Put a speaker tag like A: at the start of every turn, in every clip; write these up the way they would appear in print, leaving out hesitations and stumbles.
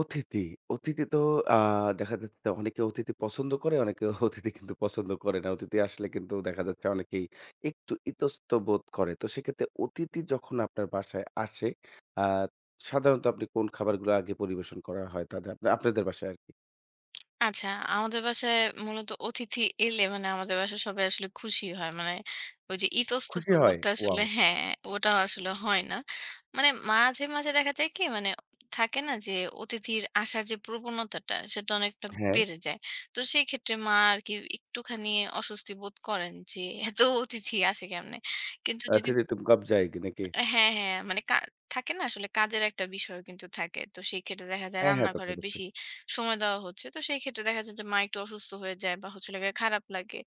A: অতিথি, অতিথি তো আ দেখা যাচ্ছে অনেকে অতিথি পছন্দ করে, অনেকে অতিথি কিন্তু পছন্দ করে না। অতিথি আসলে কিন্তু দেখা যাচ্ছে অনেকেই একটু ইতস্ত বোধ করে। তো সেক্ষেত্রে অতিথি যখন আপনার বাসায় আসে, আ সাধারণত আপনি কোন খাবারগুলো আগে পরিবেশন করা হয় তাদের আপনাদের বাসায় আরকি?
B: আচ্ছা, আমাদের বাসায় মূলত অতিথি এলে মানে আমাদের বাসায় সবাই আসলে খুশি হয়। মানে ওই যে ইতস্তত
A: খুশি হয়?
B: বোধটা
A: ওয়াও!
B: আসলে হ্যাঁ, ওটা আসলে হয় না। মানে মাঝে, মাঝে দেখা যায় কি মানে থাকে না যে অতিথির আসার যে প্রবণতাটা সেটা অনেকটা
A: হ্যাঁ,
B: বেড়ে যায়। তো সেই ক্ষেত্রে মা আরকি একটুখানি অস্বস্তি বোধ করেন যে এত অতিথি আসে কেমনে? কিন্তু যদি
A: "অতিথি তুম কব জায়েগি" নাকি?
B: হ্যাঁ, হ্যাঁ। মানে কা থাকে না আসলে কাজের একটা বিষয় কিন্তু থাকে। তো সেই ক্ষেত্রে দেখা যায়
A: হ্যাঁ, হ্যাঁ, তা তো
B: রান্নাঘরে বেশি
A: অবশ্যই।
B: সময় দেওয়া হচ্ছে। তো সেই ক্ষেত্রে দেখা যায় যে মা একটু অসুস্থ হয়ে যায় বা হচ্ছে হলো গিয়ে খারাপ লাগে।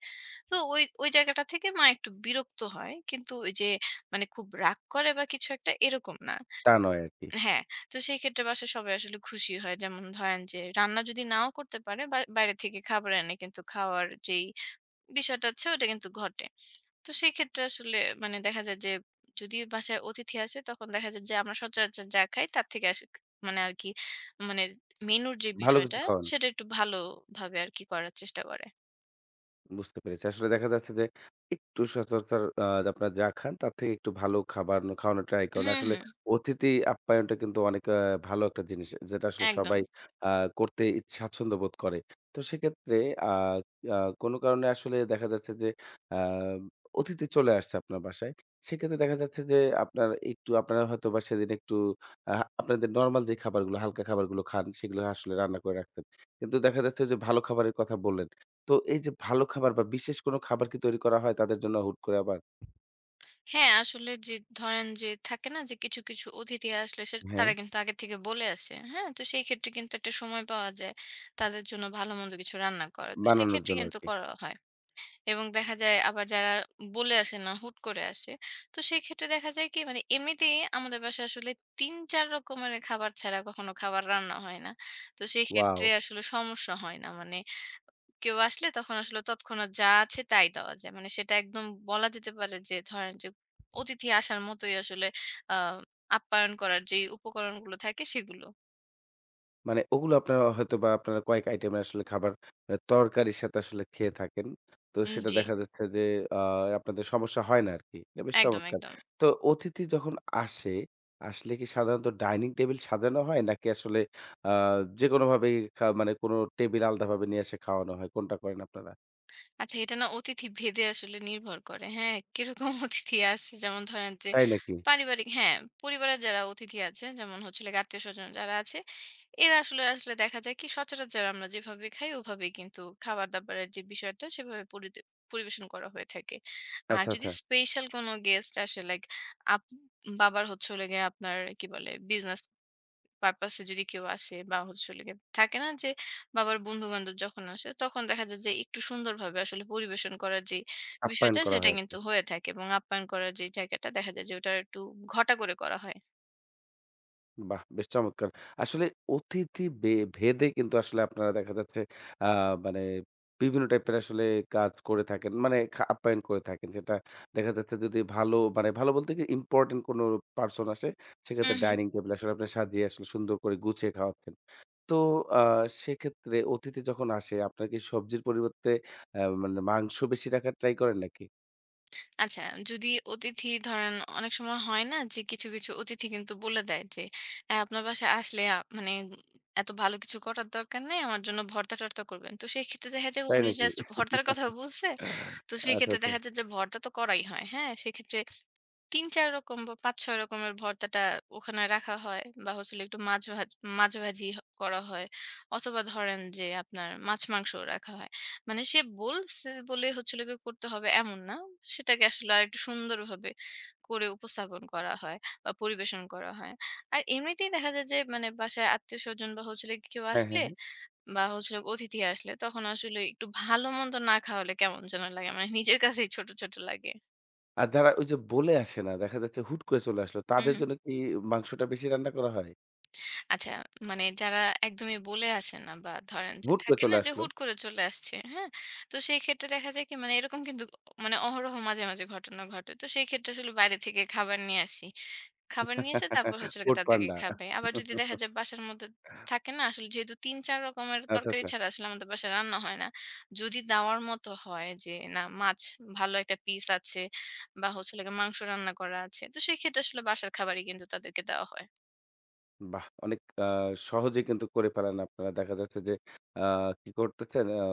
B: তো ওই জায়গাটা থেকে মা একটু বিরক্ত হয়। কিন্তু ওই যে মানে খুব রাগ করে বা কিছু একটা এরকম না।
A: তা নয় আরকি।
B: হ্যাঁ, তো সেই ক্ষেত্রে বাসায় সবাই আসলে খুশি হয়। যেমন ধরেন যে রান্না যদি নাও করতে পারে বা বাইরে থেকে খাবার এনে কিন্তু খাওয়ার যেই বিষয়টা আছে ওটা কিন্তু ঘটে। তো সেক্ষেত্রে আসলে মানে দেখা যায় যে যদি বাসায় অতিথি আসে তখন দেখা যায় যে আমরা সচরাচর যা খাই তার থেকে আসে মানে আর কি মানে মেনুর যে
A: ভালো
B: বিষয়টা
A: কিছু খাওয়ান।
B: সেটা একটু ভালোভাবে আর কি করার চেষ্টা করে।
A: বুঝতে পেরেছি। আসলে দেখা যাচ্ছে যে একটু সচরাচর আপনারা যা খান তার থেকে একটু ভালো খাবার খাওয়ানোর ট্রাই করেন।
B: হুম,
A: আসলে
B: হুম,
A: অতিথি আপ্যায়নটা কিন্তু অনেক ভালো একটা জিনিস। যেটা আসলে
B: একদম।
A: সবাই আ করতে স্বাচ্ছন্দ্য বোধ করে। তো সেক্ষেত্রে আ আ কোনো কারণে আসলে দেখা যাচ্ছে যে আ অতিথি চলে আসছে আপনার বাসায়। সেক্ষেত্রে দেখা যাচ্ছে যে আপনারা হয়তোবা সেদিন একটু আ আপনাদের নরমাল যে খাবারগুলো হালকা খাবারগুলো খান সেগুলো আসলে রান্না করে রাখতেন। কিন্তু দেখা যাচ্ছে যে ভালো খাবারের কথা বললেন। তো এই যে ভালো খাবার বা বিশেষ কোনো খাবার কি তৈরি করা হয় তাদের জন্য হুট করে আবার?
B: হ্যাঁ, আসলে যে ধরেন যে থাকে না যে কিছু, কিছু অতিথি আসলে সে
A: হ্যাঁ।
B: তারা কিন্তু আগে থেকে বলে আসে। হ্যাঁ? তো সেই ক্ষেত্রে কিন্তু একটা সময় পাওয়া যায় তাদের জন্য ভালো মন্দ কিছু রান্না করার। তো
A: বানানোর
B: সেক্ষেত্রে
A: জন্য
B: কিন্তু
A: আরকি।
B: করা হয়। এবং দেখা যায় আবার যারা বলে আসে না, হুট করে আসে। তো সেক্ষেত্রে দেখা যায় কি মানে এমনিতেই আমাদের বাসায় আসলে ৩-৪ রকমের খাবার ছাড়া কখনো খাবার রান্না হয় না। তো
A: ওয়াও!
B: সেক্ষেত্রে আসলে সমস্যা হয় না। মানে কেউ আসলে তখন আসলে তৎক্ষণাৎ যা আছে তাই দেওয়া যায়। মানে সেটা একদম বলা যেতে পারে যে ধরেন যে অতিথি আসার মতোই আসলে আ আপ্যায়ন করার যেই উপকরণগুলো থাকে সেগুলো।
A: মানে ওগুলো আপনারা কয়েক আইটেমের আসলে খাবার তরকারির সাথে আসলে খেয়ে থাকেন। তো
B: উম
A: সেটা
B: জি,
A: দেখা যাচ্ছে যে আ আপনাদের সমস্যা হয় না আরকি। এটা বেশ
B: একদম,
A: চমৎকার।
B: একদম।
A: তো অতিথি যখন আসে, আসলে কি সাধারণত ডাইনিং টেবিল সাজানো হয় নাকি আসলে আ যেকোনোভাবেই মানে কোনো টেবিল আলাদাভাবে নিয়ে এসে খাওয়ানো হয়? কোনটা করেন আপনারা?
B: আচ্ছা এটা না অতিথি ভেদে আসলে নির্ভর করে। হ্যাঁ, কিরকম অতিথি আসে যেমন ধরেন যে
A: তাই নাকি?
B: পারিবারিক হ্যাঁ, পরিবারের যারা অতিথি আছে যেমন হচ্ছে হলো গিয়ে আত্মীয়স্বজন যারা আছে এরা আসলে আসলে দেখা যায় কি সচরাচর আমরা যেভাবে খাই ওভাবেই কিন্তু খাবার-দাবারের যে বিষয়টা সেভাবে পরিবেশন করা হয়ে থাকে। আর
A: আচ্ছা,
B: যদি
A: আচ্ছা।
B: স্পেশাল কোনো গেস্ট আসে লাইক আপ বাবার হচ্ছে হলো গিয়ে আপনার কি বলে বিজনেস পারপাসে যদি কেউ আসে বা হচ্ছে হলো গিয়ে থাকে না যে বাবার বন্ধু-বান্ধব যখন আসে তখন দেখা যায় যে একটু সুন্দরভাবে আসলে পরিবেশন করার যে
A: আপ্যায়ন
B: বিষয়টা
A: করা
B: সেটা
A: হয় আরকি।
B: কিন্তু হয়ে থাকে এবং আপ্যায়ন করার যে জায়গাটা দেখা যায় যে ওটা একটু ঘটা করে করা হয়।
A: বাহ! বেশ চমৎকার। আসলে অতিথি ভেদে কিন্তু আসলে আপনারা দেখা যাচ্ছে আ মানে বিভিন্ন টাইপের আসলে কাজ করে থাকেন। মানে আপ্যায়ন করে থাকেন। যেটা দেখা যাচ্ছে যদি ভালো মানে ভালো বলতে কি ইম্পোর্টেন্ট কোনো পারসন আসে,
B: হুম,
A: সেক্ষেত্রে
B: হুম।
A: ডাইনিং টেবল আসলে আপনি সাজিয়ে আসলে সুন্দর করে গুছিয়ে খাওয়াচ্ছেন। তো আ সেক্ষেত্রে অতিথি যখন আসে আপনারা কি সবজির পরিবর্তে মানে মাংস বেশি রাখার ট্রাই করেন নাকি?
B: আচ্ছা যদি অতিথি ধরেন অনেক সময় হয় না যে কিছু, কিছু অতিথি কিন্তু বলে দেয় যে অ্যা আপনার বাসায় আসলে মানে এত ভালো কিছু করার দরকার নাই। আমার জন্য ভর্তা-টর্তা করবেন। তো সেক্ষেত্রে দেখা যায়
A: তাই
B: উনি
A: নাকি?
B: জাস্ট ভর্তার কথা বলছে। তো
A: আচ্ছা,
B: সেক্ষেত্রে
A: আচ্ছা।
B: দেখা যায় যে ভর্তা তো করাই হয়। হ্যাঁ? সেক্ষেত্রে ৩-৪ রকম বা ৫-৬ রকমের ভর্তাটা ওখানে রাখা হয় বা হচ্ছে হলো একটু মাছ ভাজি করা হয় অথবা ধরেন যে আপনার মাছ মাংসও রাখা হয়। মানে সে বলছে বলে হচ্ছে হলো গিয়ে করতে হবে এমন না। সেটাকে আসলে আরেকটু সুন্দরভাবে করে উপস্থাপন করা হয় বা পরিবেশন করা হয়। আর এমনিতেই দেখা যায় যে মানে বাসায় আত্মীয়স্বজন বা হচ্ছে হলো গিয়ে কেউ
A: হ্যাঁ,
B: আসলে
A: হ্যাঁ। হ্যাঁ।
B: বা হচ্ছে হলো অতিথি আসলে তখন আসলে একটু ভালো মন্দ না খাওয়ালে কেমন যেন লাগে। মানে নিজের কাছেই ছোট, ছোট লাগে।
A: আর যারা ওই যে বলে আসে না, দেখা যাচ্ছে হুট করে চলে আসলো।
B: হু,
A: তাদের
B: হু।
A: জন্য কি মাংসটা বেশি রান্না করা হয়?
B: আচ্ছা, মানে যারা একদমই বলে আসে না বা ধরেন যে
A: হুট করে
B: থাকে না
A: চলে
B: যে
A: আসলো।
B: হুট করে চলে আসছে, হ্যাঁ? তো সেই ক্ষেত্রে দেখা যায় কি মানে এরকম কিন্তু মানে অহরহ মাঝে, মাঝে ঘটনা ঘটে। তো সেই ক্ষেত্রে আসলে বাইরে থেকে খাবার নিয়ে আসি। খাবার নিয়ে এসে তারপর হচ্ছে হলো গিয়ে
A: পোর্ট
B: তাদেরকে
A: পান্ডা।
B: খাবে। আবার যদি দেখা যায় বাসার মধ্যে থাকে না আসলে যেহেতু ৩-৪ রকমের
A: আচ্ছা,
B: তরকারি
A: আচ্ছা।
B: ছাড়া আসলে আমাদের বাসায় রান্না হয় না। যদি দেওয়ার মতো হয় যে না মাছ ভালো একটা পিস আছে বা হচ্ছে হলো গিয়ে মাংস রান্না করা আছে। তো সেক্ষেত্রে আসলে বাসার খাবারই কিন্তু তাদেরকে দেওয়া হয়।
A: বাহ! অনেক সহজেই কিন্তু করে ফেলেন আপনারা। দেখা যাচ্ছে যে আ কি করতেছেন আ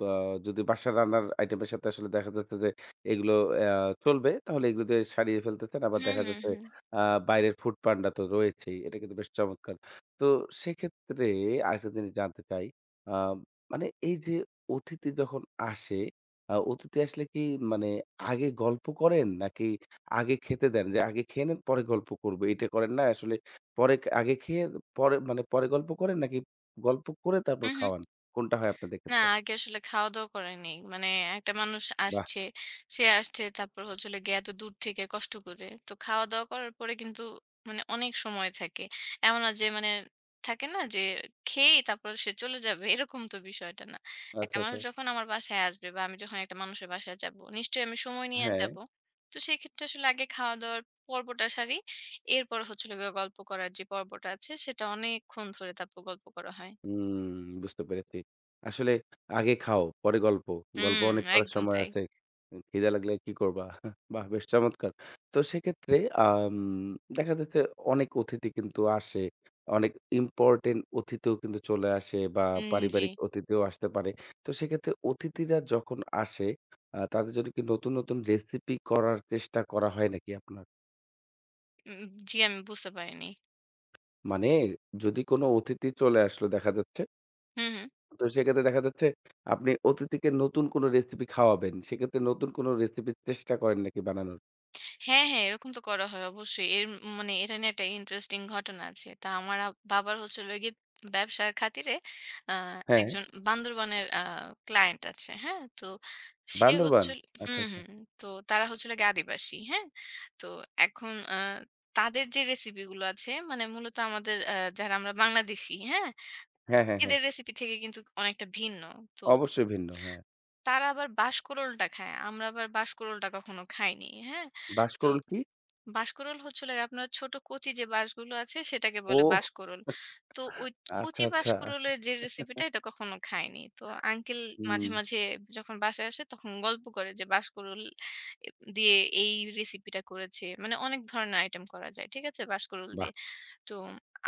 A: বা যদি বাসার রান্নার আইটেমের সাথে আসলে দেখা যাচ্ছে যে এগুলো চলবে তাহলে এগুলো দিয়ে সারিয়ে ফেলতেছেন। আবার
B: হুম,
A: দেখা
B: হুম,
A: যাচ্ছে
B: হুম।
A: আ বাইরের ফুড পান্ডা তো রয়েছেই। এটা কিন্তু বেশ চমৎকার। তো সেক্ষেত্রে আরেকটা জিনিস জানতে চাই। আ মানে এই যে অতিথি যখন আসে, অতিথি আসলে কি মানে আগে গল্প করেন নাকি আগে খেতে দেন? যে আগে খেয়ে নেন পরে গল্প করব। এটা করেন না আসলে পরে আগে খেয়ে পরে মানে পরে গল্প করেন নাকি গল্প করে তারপর
B: হুম, হুম।
A: খাওয়ান? কোনটা হয় আপনাদের
B: না,
A: ক্ষেত্রে?
B: আগে আসলে খাওয়া-দাওয়া করেনি। মানে একটা মানুষ
A: বাহ!
B: আসছে, সে আসছে তারপর হচ্ছে হলো গিয়ে এত দূর থেকে কষ্ট করে। তো খাওয়া-দাওয়া করার পরে কিন্তু মানে অনেক সময় থাকে। এমন না যে মানে থাকে না যে খেয়েই তারপর সে চলে যাবে এরকম তো বিষয়টা না। একটা
A: আচ্ছা,
B: মানুষ
A: আচ্ছা।
B: যখন আমার বাসায় আসবে বা আমি যখন একটা মানুষের বাসায় যাব, নিশ্চয়ই আমি সময় নিয়ে
A: হ্যাঁ।
B: যাব। তো সেক্ষেত্রে আসলে আগে খাওয়া-দাওয়ার পর্বটা সারি। এরপর হচ্ছে হলো গিয়ে গল্প করার যে পর্বটা আছে সেটা অনেকক্ষণ ধরে তারপর গল্প করা হয়।
A: হুম, বুঝতে পেরেছি। আসলে আগে খাও, পরে গল্প। গল্প
B: হুম,
A: অনেক করার
B: একদম
A: সময়
B: তাই।
A: আছে। খিদে লাগলে কি করবা? বাহ! বেশ চমৎকার। তো সেক্ষেত্রে আম দেখা যাচ্ছে অনেক অতিথি কিন্তু আসে। অনেক ইম্পোর্টেন্ট অতিথিও কিন্তু চলে আসে বা
B: উম জি।
A: পারিবারিক অতিথিও আসতে পারে। তো সেক্ষেত্রে অতিথিরা যখন আসে তাদের জন্য কি নতুন, নতুন রেসিপি করার চেষ্টা করা হয় নাকি আপনার?
B: উম জি, আমি বুঝতে পারিনি।
A: মানে যদি কোনো অতিথি চলে আসলো দেখা যাচ্ছে
B: হুম, হুম।
A: তো সেক্ষেত্রে দেখা যাচ্ছে আপনি অতিথিকে নতুন কোনো রেসিপি খাওয়াবেন। সেক্ষেত্রে নতুন কোনো রেসিপি চেষ্টা করেন নাকি বানানোর?
B: হ্যাঁ, হ্যাঁ, এরকম তো করা হয় অবশ্যই। এর মানে এটা নিয়ে একটা ইন্টারেস্টিং ঘটনা আছে। তা আমার বাবার হচ্ছে হলো গিয়ে ব্যবসার খাতিরে আ
A: হ্যাঁ,
B: একজন বান্দরবানের ক্লায়েন্ট আছে। হ্যাঁ? তো সে হচ্ছে
A: বান্দরবান?
B: হল
A: আচ্ছা,
B: হুম,
A: আচ্ছা।
B: হুম। তো তারা হচ্ছে হলো গিয়ে আদিবাসী। হ্যাঁ? তো এখন তাদের যে রেসিপি গুলো আছে মানে মূলত আমাদের যারা আমরা বাংলাদেশী, হ্যাঁ?
A: হ্যাঁ, হ্যাঁ, হ্যাঁ।
B: এদের রেসিপি থেকে কিন্তু অনেকটা ভিন্ন। তো
A: অবশ্যই ভিন্ন, হ্যাঁ।
B: তারা আবার বাঁশকুড়ুলটা খায়। আমরা আবার বাঁশকুড়ুলটা কখনো খাইনি। হ্যাঁ? তো
A: বাঁশকরুল কি?
B: বাঁশকুড়ুল হচ্ছিল গিয়ে আপনার ছোট কচি যে বাঁশগুলো আছে সেটাকে বলে
A: ওহ!
B: বাঁশকুড়ুল। তো ওই
A: আচ্ছা,
B: কচি
A: আচ্ছা।
B: বাঁশকুড়ুলের যে রেসিপিটা এটা কখনো খাইনি। তো আঙ্কেল
A: হুম,
B: মাঝে, মাঝে যখন বাসায় আসে তখন গল্প করে যে বাঁশকুড়ুল এ দিয়ে এই রেসিপিটা করেছে। মানে অনেক ধরনের আইটেম করা যায়। ঠিক আছে? বাঁশকুড়ুল
A: বাহ!
B: দিয়ে। তো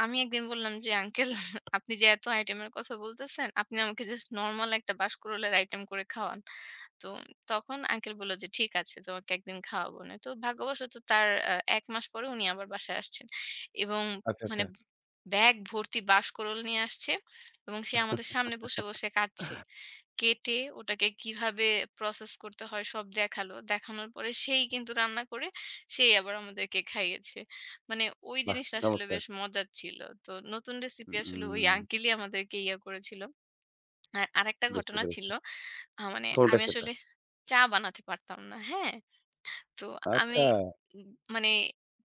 B: আমি একদিন বললাম যে, "আঙ্কেল আপনি যে এত আইটেমের কথা বলতেছেন, আপনি আমাকে জাস্ট নরমাল একটা বাঁশকুড়ুলের আইটেম করে খাওয়ান।" তো তখন আঙ্কেল বলল যে, "ঠিক আছে, তোমাকে একদিন খাওয়াবো না।" তো ভাগ্যবশত তার ১ মাস পরে উনি আবার বাসায় আসছেন এবং
A: আচ্ছা,
B: মানে
A: আচ্ছা।
B: ব্যাগ ভর্তি বাঁশকুড়ুল নিয়ে আসছে এবং সে আমাদের সামনে বসে, বসে কাটছে। কেটে ওটাকে কিভাবে প্রসেস করতে হয় সব দেখালো। দেখানোর পরে সেই কিন্তু রান্না করে সেই আবার আমাদেরকে খাইয়েছে। মানে ওই
A: বাহ!
B: জিনিসটা আসলে
A: চমৎকার।
B: বেশ মজার ছিল। তো নতুন রেসিপি আসলে ওই
A: হুম,
B: আঙ্কেলই আমাদেরকে ইয়া করেছিল। আর আরেকটা
A: বুঝতে
B: ঘটনা
A: পেরেছি।
B: ছিল মানে
A: কোনটা
B: আমি
A: সেটা?
B: আসলে চা বানাতে পারতাম না। হ্যাঁ? তো আমি
A: আচ্ছা,
B: উম মানে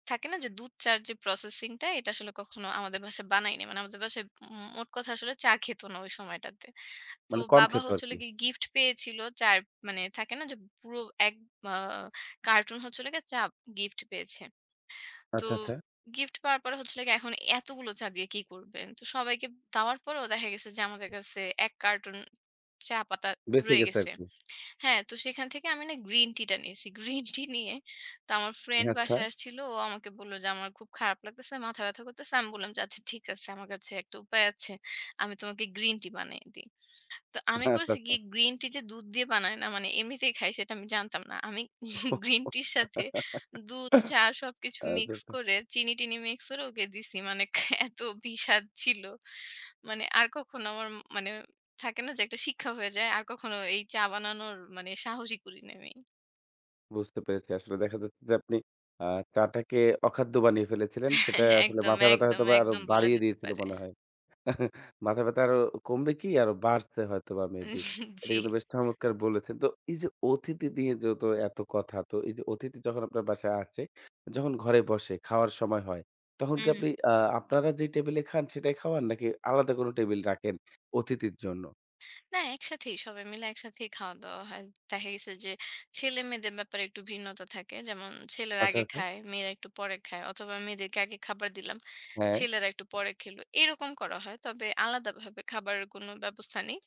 B: থাকে না যে দুধ চা'র যে প্রসেসিং টা এটা আসলে কখনো আমাদের বাসায় বানাইনি। মানে আমাদের বাসায় মোট কথা আসলে চা খেত না ওই সময়টাতে। তো
A: মানে কম
B: বাবা
A: খেত
B: হচ্ছে হলো
A: আরকি।
B: গিয়ে গিফট পেয়েছিল ৪ মানে থাকে না যে পুরো এক আ কার্টুন হচ্ছে হলো গিয়ে চা গিফট পেয়েছে। তো
A: আচ্ছা, আচ্ছা।
B: গিফট পাওয়ার পরে হচ্ছে হলো গিয়ে এখন এতগুলো চা দিয়ে কি করবেন? তো সবাইকে দেওয়ার পরেও দেখা গেছে যে আমাদের কাছে ১ কার্টুন চা পাতা
A: বেঁচে
B: রয়ে
A: গেছে
B: গেছে।
A: আরকি।
B: হ্যাঁ, তো সেখান থেকে আমি না গ্রিন টি টা নিয়েছি। গ্রিন টি নিয়ে তো আমার ফ্রেন্ড
A: আচ্ছা,
B: বাসায় আসছিল। ও আমাকে বলল যে, "আমার খুব খারাপ লাগতেছে, মাথা ব্যথা করতেছে।" আমি বললাম যে, "আচ্ছা ঠিক আছে। আমার কাছে একটা উপায় আছে। আমি তোমাকে গ্রিন টি বানিয়ে দিই।" তো আমি
A: আচ্ছা,
B: করেছি
A: আচ্ছা।
B: গিয়ে গ্রিন টি যে দুধ দিয়ে বানায় না, মানে এমনিতেই খাই সেটা আমি জানতাম না। আমি গ্রিন টির সাথে দুধ, চা সবকিছু
A: আচ্ছা,
B: মিক্স
A: আচ্ছা।
B: করে চিনি-টিনি মিক্স করে ওকে দিছি। মানে এত বিস্বাদ ছিল। মানে আর কখনো আমার মানে থাকে না যে একটা শিক্ষা হয়ে যায়। আর কখনো এই চা বানানোর মানে সাহসই করিনি আমি।
A: বুঝতে পেরেছি। আসলে দেখা যাচ্ছে যে আপনি আ চাটাকে অখাদ্য বানিয়ে ফেলেছিলেন। সেটা আসলে
B: একদম,
A: মাথা ব্যাথা
B: একদম,
A: হয়তোবা আরো
B: একদম বলা
A: বাড়িয়ে
B: যেতে
A: দিয়েছিল
B: পারে।
A: মনে হয়। মাথা ব্যাথা আরো কমবে কি আরো বাড়ছে হয়তোবা মেবি। এটা
B: জি।
A: কিন্তু বেশ চমৎকার বলেছেন। তো এই যে অতিথি নিয়ে যেহেতু এত কথা, তো এই যে অতিথি যখন আপনার বাসায় আসে, যখন ঘরে বসে খাওয়ার সময় হয়, তখন কি
B: হুম, হুম।
A: আপনি আপনারা যে টেবিলে খান সেটাই খাওয়ান নাকি আলাদা কোনো টেবিল রাখেন অতিথির জন্য?
B: না, একসাথেই সবাই মিলে একসাথেই খাওয়া-দাওয়া হয়। দেখা গেছে যে ছেলে-মেয়েদের ব্যাপারে একটু ভিন্নতা থাকে। যেমন ছেলেরা
A: আচ্ছা,
B: আগে
A: আচ্ছা।
B: খায়, মেয়েরা একটু পরে খায় অথবা মেয়েদেরকে আগে খাবার দিলাম,
A: হ্যাঁ।
B: ছেলেরা একটু পরে খেলো। এরকম করা হয়। তবে আলাদাভাবে খাবারের কোনো ব্যবস্থা নেই।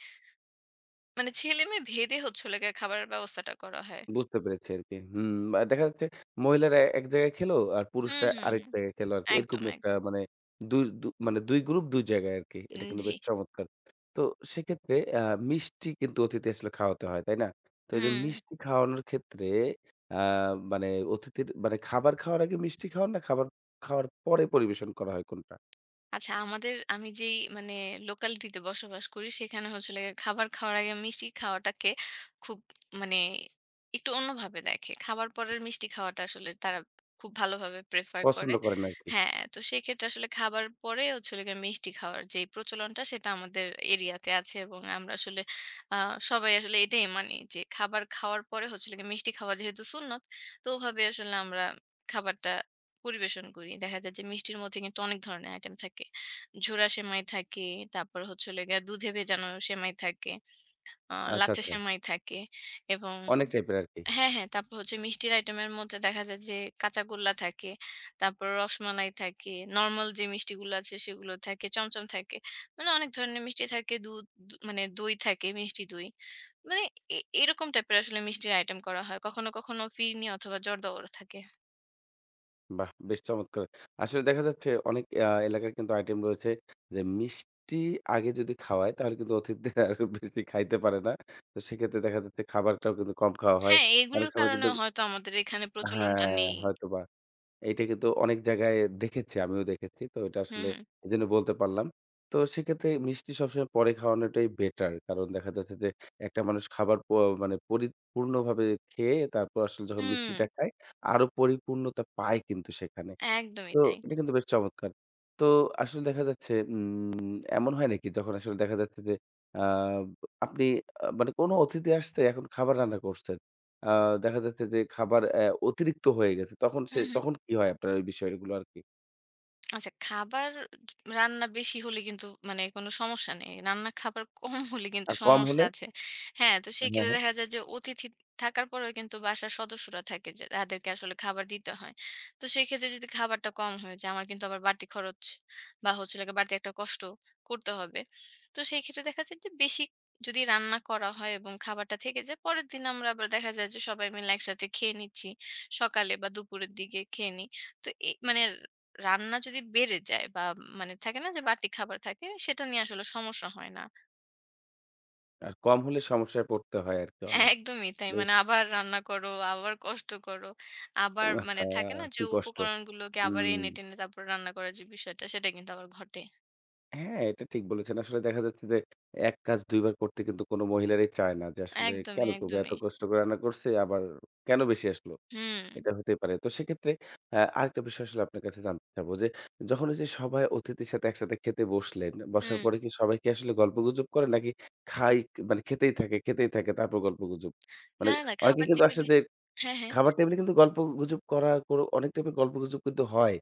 B: মানে ছেলে-মেয়ে ভেদে হচ্ছে হলো গিয়ে খাবারের ব্যবস্থাটা করা হয়।
A: বুঝতে পেরেছি আরকি। হুম, দেখা যাচ্ছে মহিলারা এক জায়গায় খেলো, আর
B: হুম,
A: পুরুষরা
B: হুম,
A: আরেক
B: হুম।
A: জায়গায় খেলো আরকি। এরকম
B: একদম,
A: একটা
B: একদম।
A: মানে দুই দু মানে ২ গ্রুপ ২ জায়গায় আরকি। এটা
B: উম
A: কিন্তু
B: জি।
A: বেশ চমৎকার। তো সেক্ষেত্রে মিষ্টি কিন্তু অতিথি আসলে খাওয়াতে হয়, তাই না? তো এই যে
B: হুম।
A: মিষ্টি খাওয়ানোর ক্ষেত্রে আ মানে অতিথির মানে খাবার খাওয়ার আগে মিষ্টি খাওয়ান না খাবার খাওয়ার পরে পরিবেশন করা হয় কোনটা?
B: আচ্ছা আমাদের আমি যেই মানে লোকালিটিতে বসবাস করি সেখানে হচ্ছে লাগে খাবার খাওয়ার আগে মিষ্টি খাওয়াটাকে খুব মানে একটু অন্যভাবে দেখে। খাবার পরের মিষ্টি খাওয়াটা আসলে তারা খুব ভালোভাবে প্রেফার করে।
A: পছন্দ করেন আরকি।
B: হ্যাঁ, তো সেক্ষেত্রে আসলে খাবার পরে হচ্ছে হলো গিয়ে মিষ্টি খাওয়ার যেই প্রচলনটা সেটা আমাদের এরিয়াতে আছে এবং আমরা আসলে আ সবাই আসলে এটাই মানি যে খাবার খাওয়ার পরে হচ্ছে হলো গিয়ে মিষ্টি খাওয়া যেহেতু সুন্নত তো ওভাবে আসলে আমরা খাবারটা পরিবেশন করি। দেখা যায় যে মিষ্টির মধ্যে কিন্তু অনেক ধরনের আইটেম থাকে। ঝুরা সেমাই থাকে, তারপর হচ্ছে হলো গিয়া দুধে ভেজানো সেমাই থাকে, আ
A: আচ্ছা,
B: লাচ্ছা
A: আচ্ছা।
B: সেমাই থাকে এবং
A: অনেক টাইপের আরকি।
B: হ্যাঁ, হ্যাঁ, তারপর হচ্ছে মিষ্টির আইটেমের মধ্যে দেখা যায় যে কাঁচাগোল্লা থাকে, তারপর রসমালাই থাকে, নরমাল যে মিষ্টিগুলো আছে সেগুলো থাকে, চমচম থাকে। মানে অনেক ধরনের মিষ্টি থাকে, দুধ দু মানে দই থাকে, মিষ্টি দই। মানে এ এরকম টাইপের আসলে মিষ্টির আইটেম করা হয়। কখনো, কখনো ফিরনি অথবা জর্দাও থাকে।
A: বাহ! বেশ চমৎকার। আসলে দেখা যাচ্ছে অনেক এলাকার কিন্তু আইটেম রয়েছে যে মিষ্টি আগে যদি খাওয়ায় তাহলে কিন্তু অতিথিদের আর বেশি খাইতে পারে না। তো সেক্ষেত্রে দেখা যাচ্ছে খাবারটাও কিন্তু কম খাওয়া হয়।
B: হ্যাঁ,
A: অনেক
B: এগুলোর
A: সময়
B: কারণে
A: কিন্তু
B: হয়তো আমাদের এখানে প্রচলনটা
A: হ্যাঁ,
B: নেই।
A: হয়তোবা এইটা কিন্তু অনেক জায়গায় দেখেছি, আমিও দেখেছি। তো এটা
B: হুম,
A: আসলে
B: হুম।
A: এজন্য বলতে পারলাম। তো সেক্ষেত্রে মিষ্টি সবসময় পরে খাওয়ানোটাই বেটার। কারণ দেখা যাচ্ছে যে একটা মানুষ খাবার প মানে পরিপূর্ণভাবে খেয়ে তারপর আসলে যখন
B: হুম,
A: মিষ্টিটা খায় আরো পরিপূর্ণতা পায় কিন্তু সেখানে।
B: একদমই
A: তো
B: তাই।
A: এটা কিন্তু বেশ চমৎকার। তো আসলে দেখা যাচ্ছে এমন হয় নাকি যখন আসলে দেখা যাচ্ছে যে আ আপনি মানে কোনো অতিথি আসছে এখন খাবার রান্না করছেন। আ দেখা যাচ্ছে যে খাবার অতিরিক্ত হয়ে গেছে।
B: হুম, হুম।
A: তখন কি হয় আপনার ওই বিষয়গুলো আরকি?
B: আচ্ছা, খাবার রান্না বেশি হলে কিন্তু মানে কোনো সমস্যা নেই। রান্না খাবার কম হলে কিন্তু
A: আর কম
B: সমস্যা
A: হলে
B: আছে। হ্যাঁ, তো
A: হ্যাঁ, হ্যাঁ।
B: সেক্ষেত্রে
A: হ্যাঁ,
B: দেখা যায় যে অতিথি থাকার পরেও কিন্তু বাসার সদস্যরা থাকে যে তাদেরকে আসলে খাবার দিতে হয়। তো সেক্ষেত্রে যদি খাবারটা কম হয়ে যায় আমার কিন্তু আবার বাড়তি খরচ বা হচ্ছে হলো গিয়ে বাড়তি একটা কষ্ট করতে হবে। তো সেই ক্ষেত্রে দেখা যায় যে বেশি যদি রান্না করা হয় এবং খাবারটা থেকে যায় পরের দিন আমরা আবার দেখা যায় যে সবাই মিলে একসাথে খেয়ে নিচ্ছি। সকালে বা দুপুরের দিকে খেয়ে নিই। তো এ মানে রান্না যদি বেড়ে যায় বা মানে থাকে না যে বাড়তি খাবার থাকে সেটা নিয়ে আসলে সমস্যা হয় না।
A: আর কম হলে সমস্যায় পড়তে হয় আরকি
B: হ্যাঁ,
A: অনেক।
B: একদমই তাই। মানে
A: বেশ
B: আবার রান্না করো, আবার কষ্ট করো। আবার মানে
A: আহা!
B: থাকে না যে
A: কি কষ্ট।
B: উপকরণগুলোকে আবার
A: হুম।
B: এনে-টেনে তারপর রান্না করার যে বিষয়টা সেটা কিন্তু আবার ঘটে।
A: হ্যাঁ, এটা ঠিক বলেছেন। আসলে দেখা যাচ্ছে যে এক কাজ ২ বার করতে কিন্তু কোন মহিলারই চায় না যে আসলে
B: একদমই,
A: কেন করব? এত
B: একদমই।
A: কষ্ট করে রান্না করছি আবার কেন বেশি আসলো?
B: হুম,
A: এটা হতেই পারে। তো সেক্ষেত্রে আরেকটা বিষয় আসলে আপনার কাছে জানতে চাবো যে যখন ওই যে সবাই অতিথির সাথে একসাথে খেতে বসলেন, বসার
B: হুম।
A: পরে কি আসলে গল্পগুজব করে নাকি খাই মানে খেতেই থাকে, খেতেই থাকে তারপর গল্পগুজব? মানে
B: না, না না,
A: অনেকে
B: খাবার
A: কিন্তু আসলে
B: টেবিলে
A: যে
B: হ্যাঁ, হ্যাঁ।
A: খাবার টেবিলে কিন্তু গল্পগুজব করা কোন অনেক টাইপের গল্পগুজব কিন্তু হয়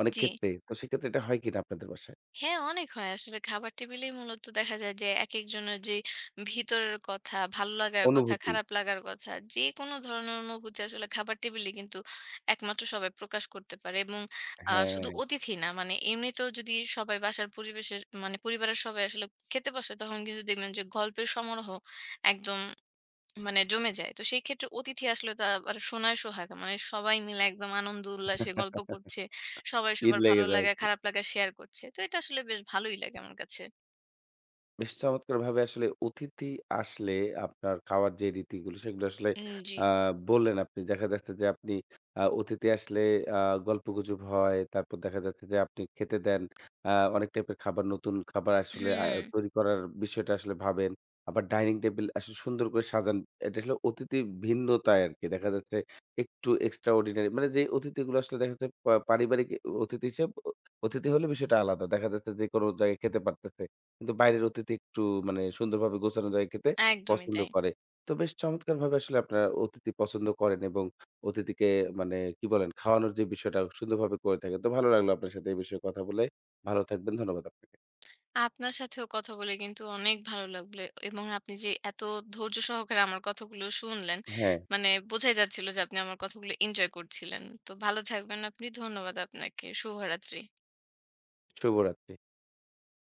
A: অনেক
B: জি।
A: ক্ষেত্রে। তো সেক্ষেত্রে এটা হয় কিনা আপনাদের বাসায়?
B: হ্যাঁ, অনেক হয়। আসলে খাবার টেবিলেই মূলত দেখা যায় যে একেকজনের যে ভিতরের কথা, ভালো লাগার কথা,
A: অনুভূতি?
B: খারাপ লাগার কথা, যেকোনো ধরনের অনুভূতি আসলে খাবার টেবিলেই কিন্তু একমাত্র সবাই প্রকাশ করতে পারে এবং শুধু
A: হ্যাঁ,
B: অতিথি না মানে এমনিতেও যদি সবাই বাসার পরিবেশের মানে পরিবারের সবাই আসলে খেতে বসে তখন কিন্তু দেখবেন যে গল্পের সমারোহ একদম মানে জমে যায়। তো সেই ক্ষেত্রে অতিথি আসলে তো আবার সোনায় সোহাগা। মানে সবাই মিলে একদম আনন্দ উল্লাসে গল্প করছে। সবাই
A: ঈদ
B: সবার ভালো
A: লেগে যায়
B: লাগা,
A: আরকি।
B: খারাপ লাগা শেয়ার করছে। তো এটা আসলে বেশ ভালোই লাগে আমার কাছে।
A: বেশ চমৎকারভাবে আসলে অতিথি আসলে আপনার খাওয়ার যে রীতিগুলো সেগুলো আসলে
B: উম জি।
A: আ বললেন আপনি। দেখা যাচ্ছে যে আপনি অতিথি আসলে আ গল্পগুজব হয়। তারপর দেখা যাচ্ছে যে আপনি খেতে দেন। অনেক টাইপের খাবার নতুন খাবার আসলে
B: হুম,
A: তৈরি করার বিষয়টা আসলে ভাবেন। আবার ডাইনিং টেবল আসলে সুন্দর করে সাজান। এটা আসলে অতিথি ভিন্নতায় আরকি। দেখা যাচ্ছে একটু এক্সট্রা অর্ডিনারি মানে যে অতিথিগুলো আসলে দেখা যাচ্ছে পারিবারিক অতিথি হিসেব অতিথি হলে বিষয়টা আলাদা। দেখা যাচ্ছে যেকোনো জায়গায় খেতে পারতেছে। কিন্তু বাইরের অতিথি একটু মানে সুন্দরভাবে গোছানো জায়গায় খেতে
B: একদমই
A: পছন্দ
B: তাই।
A: করে। তো বেশ চমৎকারভাবে আসলে আপনারা অতিথি পছন্দ করেন এবং অতিথিকে মানে কি বলেন? খাওয়ানোর যে বিষয়টা সুন্দরভাবে করে থাকেন। তো ভালো লাগলো আপনার সাথে এই বিষয়ে কথা বলে। ভালো থাকবেন। ধন্যবাদ আপনাকে।
B: আপনার সাথেও কথা বলে কিন্তু অনেক ভালো লাগলো এবং আপনি যে এত ধৈর্য সহকারে আমার কথাগুলো শুনলেন,
A: হ্যাঁ,
B: মানে বোঝাই যাচ্ছিল যে আপনি আমার কথাগুলো এনজয় করছিলেন। তো ভালো থাকবেন আপনি। ধন্যবাদ আপনাকে। শুভরাত্রি।
A: শুভরাত্রি।